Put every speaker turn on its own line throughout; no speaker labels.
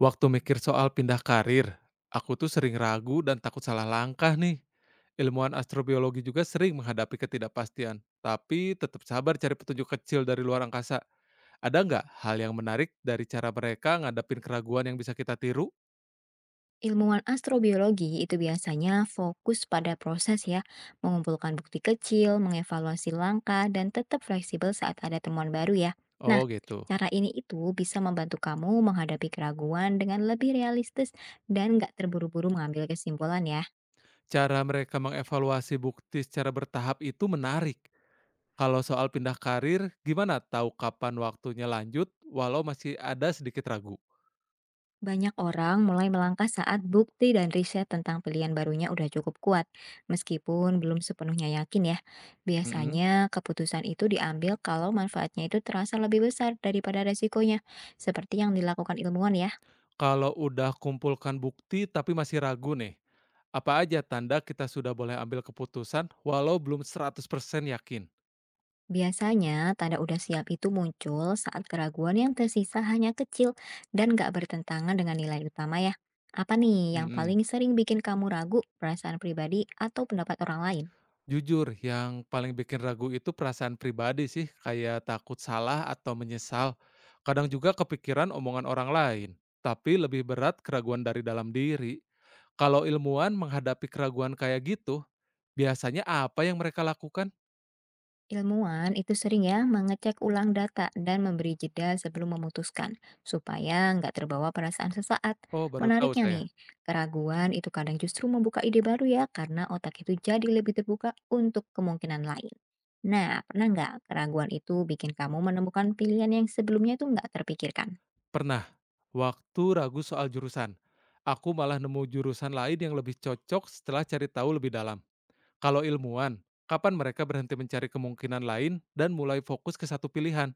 Waktu mikir soal pindah karir, aku tuh sering ragu dan takut salah langkah nih. Ilmuwan astrobiologi juga sering menghadapi ketidakpastian, tapi tetap sabar cari petunjuk kecil dari luar angkasa. Ada nggak hal yang menarik dari cara mereka ngadapin keraguan yang bisa kita tiru?
Ilmuwan astrobiologi itu biasanya fokus pada proses ya, mengumpulkan bukti kecil, mengevaluasi langkah, dan tetap fleksibel saat ada temuan baru ya. Nah,
Oh gitu.
cara ini itu bisa membantu kamu menghadapi keraguan dengan lebih realistis dan nggak terburu-buru mengambil kesimpulan ya.
Cara mereka mengevaluasi bukti secara bertahap itu menarik. Kalau soal pindah karir, gimana tahu kapan waktunya lanjut walau masih ada sedikit ragu?
Banyak orang mulai melangkah saat bukti dan riset tentang pilihan barunya udah cukup kuat, meskipun belum sepenuhnya yakin ya.
Mm-mm.
Biasanya keputusan itu diambil kalau manfaatnya itu terasa lebih besar daripada resikonya, seperti yang dilakukan ilmuwan ya.
Kalau udah kumpulkan bukti tapi masih ragu nih, apa aja tanda kita sudah boleh ambil keputusan walau belum 100% yakin?
Biasanya tanda udah siap itu muncul saat keraguan yang tersisa hanya kecil dan gak bertentangan dengan nilai utama ya. Apa nih yang
Mhm.
paling sering bikin kamu ragu, perasaan pribadi atau pendapat orang lain?
Jujur, yang paling bikin ragu itu perasaan pribadi sih, kayak takut salah atau menyesal. Kadang juga kepikiran omongan orang lain, tapi lebih berat keraguan dari dalam diri. Kalau ilmuwan menghadapi keraguan kayak gitu, biasanya apa yang mereka lakukan?
Ilmuwan itu sering ya mengecek ulang data dan memberi jeda sebelum memutuskan, supaya nggak terbawa perasaan sesaat.
Oh, baru tahu
Menariknya
saya.
nih, keraguan itu kadang justru membuka ide baru ya, karena otak itu jadi lebih terbuka untuk kemungkinan lain. Nah, pernah nggak keraguan itu bikin kamu menemukan pilihan yang sebelumnya itu nggak terpikirkan?
Pernah, waktu ragu soal jurusan. Aku malah nemu jurusan lain yang lebih cocok setelah cari tahu lebih dalam. Kalau ilmuwan, kapan mereka berhenti mencari kemungkinan lain dan mulai fokus ke satu pilihan?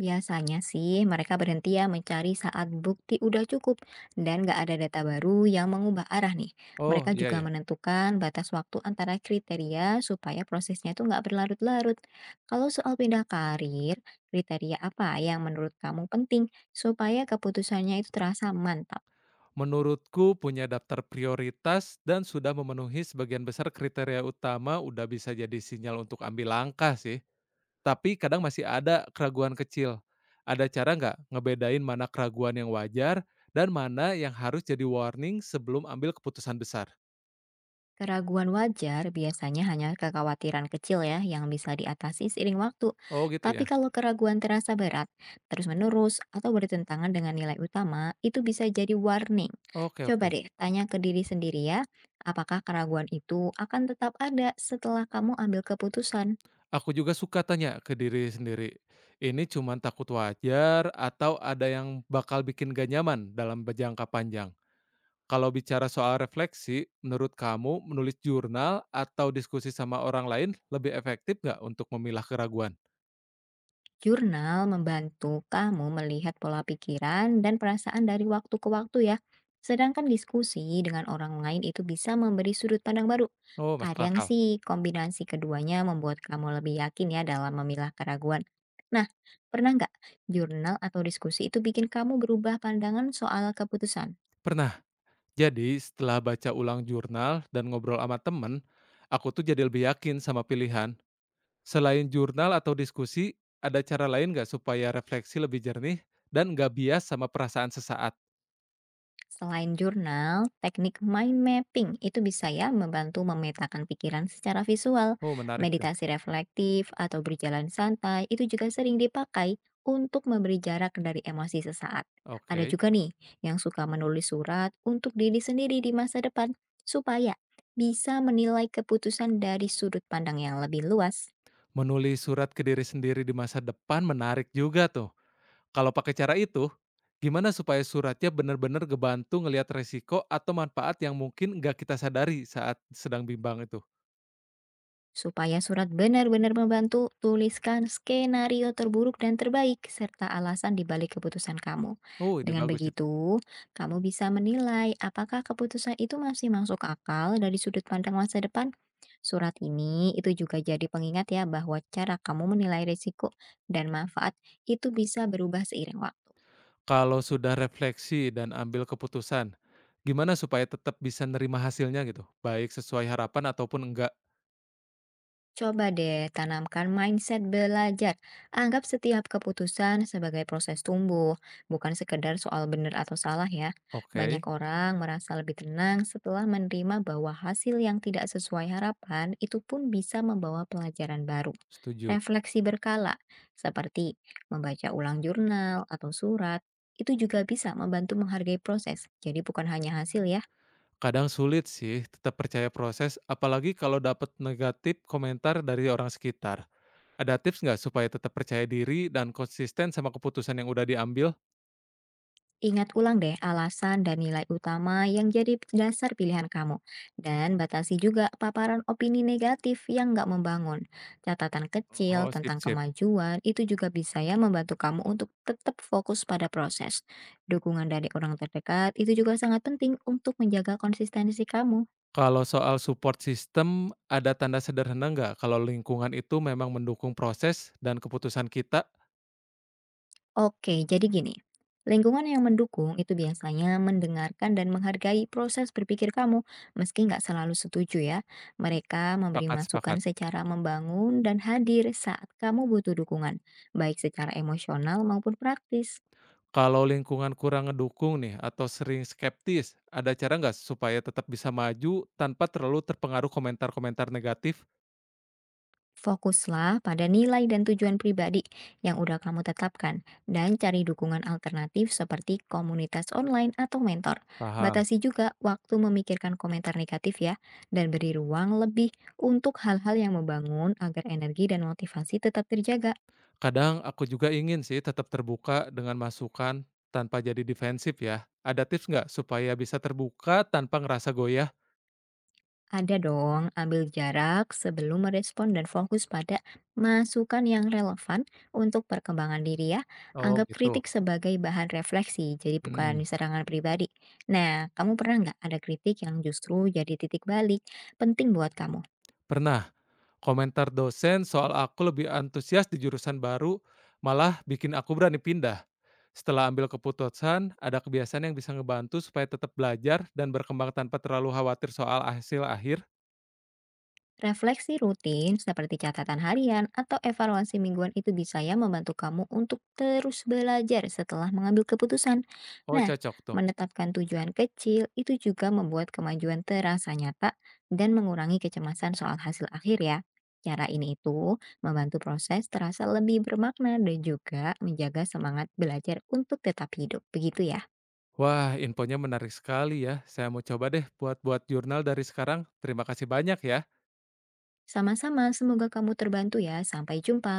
Biasanya sih mereka berhenti ya mencari saat bukti udah cukup dan nggak ada data baru yang mengubah arah nih.
Oh,
Mereka
iya
juga
ya.
menentukan batas waktu antara kriteria supaya prosesnya itu nggak berlarut-larut. Kalau soal pindah karir, kriteria apa yang menurut kamu penting supaya keputusannya itu terasa mantap?
Menurutku punya daftar prioritas dan sudah memenuhi sebagian besar kriteria utama udah bisa jadi sinyal untuk ambil langkah sih. Tapi kadang masih ada keraguan kecil. Ada cara nggak ngebedain mana keraguan yang wajar dan mana yang harus jadi warning sebelum ambil keputusan besar?
Keraguan wajar biasanya hanya kekhawatiran kecil ya yang bisa diatasi seiring waktu.
Oh gitu
Tapi
ya?
kalau keraguan terasa berat, terus-menerus, atau bertentangan dengan nilai utama, itu bisa jadi warning.
Oke,
Coba
oke.
deh tanya ke diri sendiri ya, apakah keraguan itu akan tetap ada setelah kamu ambil keputusan?
Aku juga suka tanya ke diri sendiri, ini cuman takut wajar atau ada yang bakal bikin gak nyaman dalam jangka panjang? Kalau bicara soal refleksi, menurut kamu menulis jurnal atau diskusi sama orang lain lebih efektif nggak untuk memilah keraguan?
Jurnal membantu kamu melihat pola pikiran dan perasaan dari waktu ke waktu ya. Sedangkan diskusi dengan orang lain itu bisa memberi sudut pandang baru.
Oh masuk
Kadang
akal.
sih kombinasi keduanya membuat kamu lebih yakin ya dalam memilah keraguan. Nah, pernah nggak jurnal atau diskusi itu bikin kamu berubah pandangan soal keputusan?
Pernah. Jadi setelah baca ulang jurnal dan ngobrol sama temen, aku tuh jadi lebih yakin sama pilihan. Selain jurnal atau diskusi, ada cara lain nggak supaya refleksi lebih jernih dan nggak bias sama perasaan sesaat?
Selain jurnal, teknik mind mapping itu bisa ya membantu memetakan pikiran secara visual.
Oh menarik tuh.
Meditasi reflektif atau berjalan santai itu juga sering dipakai untuk memberi jarak dari emosi sesaat. Ada
Oke.
juga nih yang suka menulis surat untuk diri sendiri di masa depan supaya bisa menilai keputusan dari sudut pandang yang lebih luas.
Menulis surat ke diri sendiri di masa depan menarik juga tuh. Kalau pakai cara itu, gimana supaya suratnya benar-benar ngebantu ngelihat resiko atau manfaat yang mungkin nggak kita sadari saat sedang bimbang itu?
Supaya surat benar-benar membantu, tuliskan skenario terburuk dan terbaik serta alasan di balik keputusan kamu.
Oh ide
Dengan
bagus itu.
begitu, kamu bisa menilai apakah keputusan itu masih masuk akal dari sudut pandang masa depan. Surat ini itu juga jadi pengingat ya bahwa cara kamu menilai risiko dan manfaat itu bisa berubah seiring waktu.
Kalau sudah refleksi dan ambil keputusan, gimana supaya tetap bisa nerima hasilnya gitu? Baik sesuai harapan ataupun enggak?
Coba deh tanamkan mindset belajar. Anggap setiap keputusan sebagai proses tumbuh, bukan sekedar soal benar atau salah ya. Banyak
Oke,
orang merasa lebih tenang setelah menerima bahwa hasil yang tidak sesuai harapan itu pun bisa membawa pelajaran baru.
setuju.
Refleksi berkala, seperti membaca ulang jurnal atau surat, itu juga bisa membantu menghargai proses. Jadi bukan hanya hasil ya,
Kadang sulit sih tetap percaya proses, apalagi kalau dapat negatif komentar dari orang sekitar. Ada tips nggak supaya tetap percaya diri dan konsisten sama keputusan yang udah diambil?
ingat ulang deh alasan dan nilai utama yang jadi dasar pilihan kamu. Dan batasi juga paparan opini negatif yang nggak membangun. Catatan kecil
Oh, sip,
tentang
sip.
kemajuan itu juga bisa ya membantu kamu untuk tetap fokus pada proses. Dukungan dari orang terdekat itu juga sangat penting untuk menjaga konsistensi kamu.
Kalau soal support system, ada tanda sederhana nggak kalau lingkungan itu memang mendukung proses dan keputusan kita?
Oke, jadi gini, lingkungan yang mendukung itu biasanya mendengarkan dan menghargai proses berpikir kamu, meski nggak selalu setuju ya. Mereka memberi
Sepakat,
masukan
sepakat.
secara membangun dan hadir saat kamu butuh dukungan, baik secara emosional maupun praktis.
Kalau lingkungan kurang ngedukung nih atau sering skeptis, ada cara nggak supaya tetap bisa maju tanpa terlalu terpengaruh komentar-komentar negatif?
Fokuslah pada nilai dan tujuan pribadi yang udah kamu tetapkan dan cari dukungan alternatif seperti komunitas online atau mentor.
Paham.
Batasi juga waktu memikirkan komentar negatif ya dan beri ruang lebih untuk hal-hal yang membangun agar energi dan motivasi tetap terjaga.
Kadang aku juga ingin sih tetap terbuka dengan masukan tanpa jadi defensif ya. Ada tips nggak supaya bisa terbuka tanpa ngerasa goyah?
Ada dong, ambil jarak sebelum merespon dan fokus pada masukan yang relevan untuk perkembangan diri ya.
Oh
Anggap
gitu.
kritik sebagai bahan refleksi, jadi bukan
Mm.
serangan pribadi. Nah, kamu pernah nggak ada kritik yang justru jadi titik balik penting buat kamu?
Pernah. Komentar dosen soal aku lebih antusias di jurusan baru malah bikin aku berani pindah. Setelah ambil keputusan, ada kebiasaan yang bisa ngebantu supaya tetap belajar dan berkembang tanpa terlalu khawatir soal hasil akhir.
Refleksi rutin seperti catatan harian atau evaluasi mingguan itu bisa ya membantu kamu untuk terus belajar setelah mengambil keputusan.
Oh,
Nah,
cocok tuh.
menetapkan tujuan kecil itu juga membuat kemajuan terasa nyata dan mengurangi kecemasan soal hasil akhir ya. Cara ini itu membantu proses terasa lebih bermakna dan juga menjaga semangat belajar untuk tetap hidup. Begitu ya.
Wah, infonya menarik sekali ya. Saya mau coba deh buat-buat jurnal dari sekarang. Terima kasih banyak ya.
Sama-sama, semoga kamu terbantu ya. Sampai jumpa.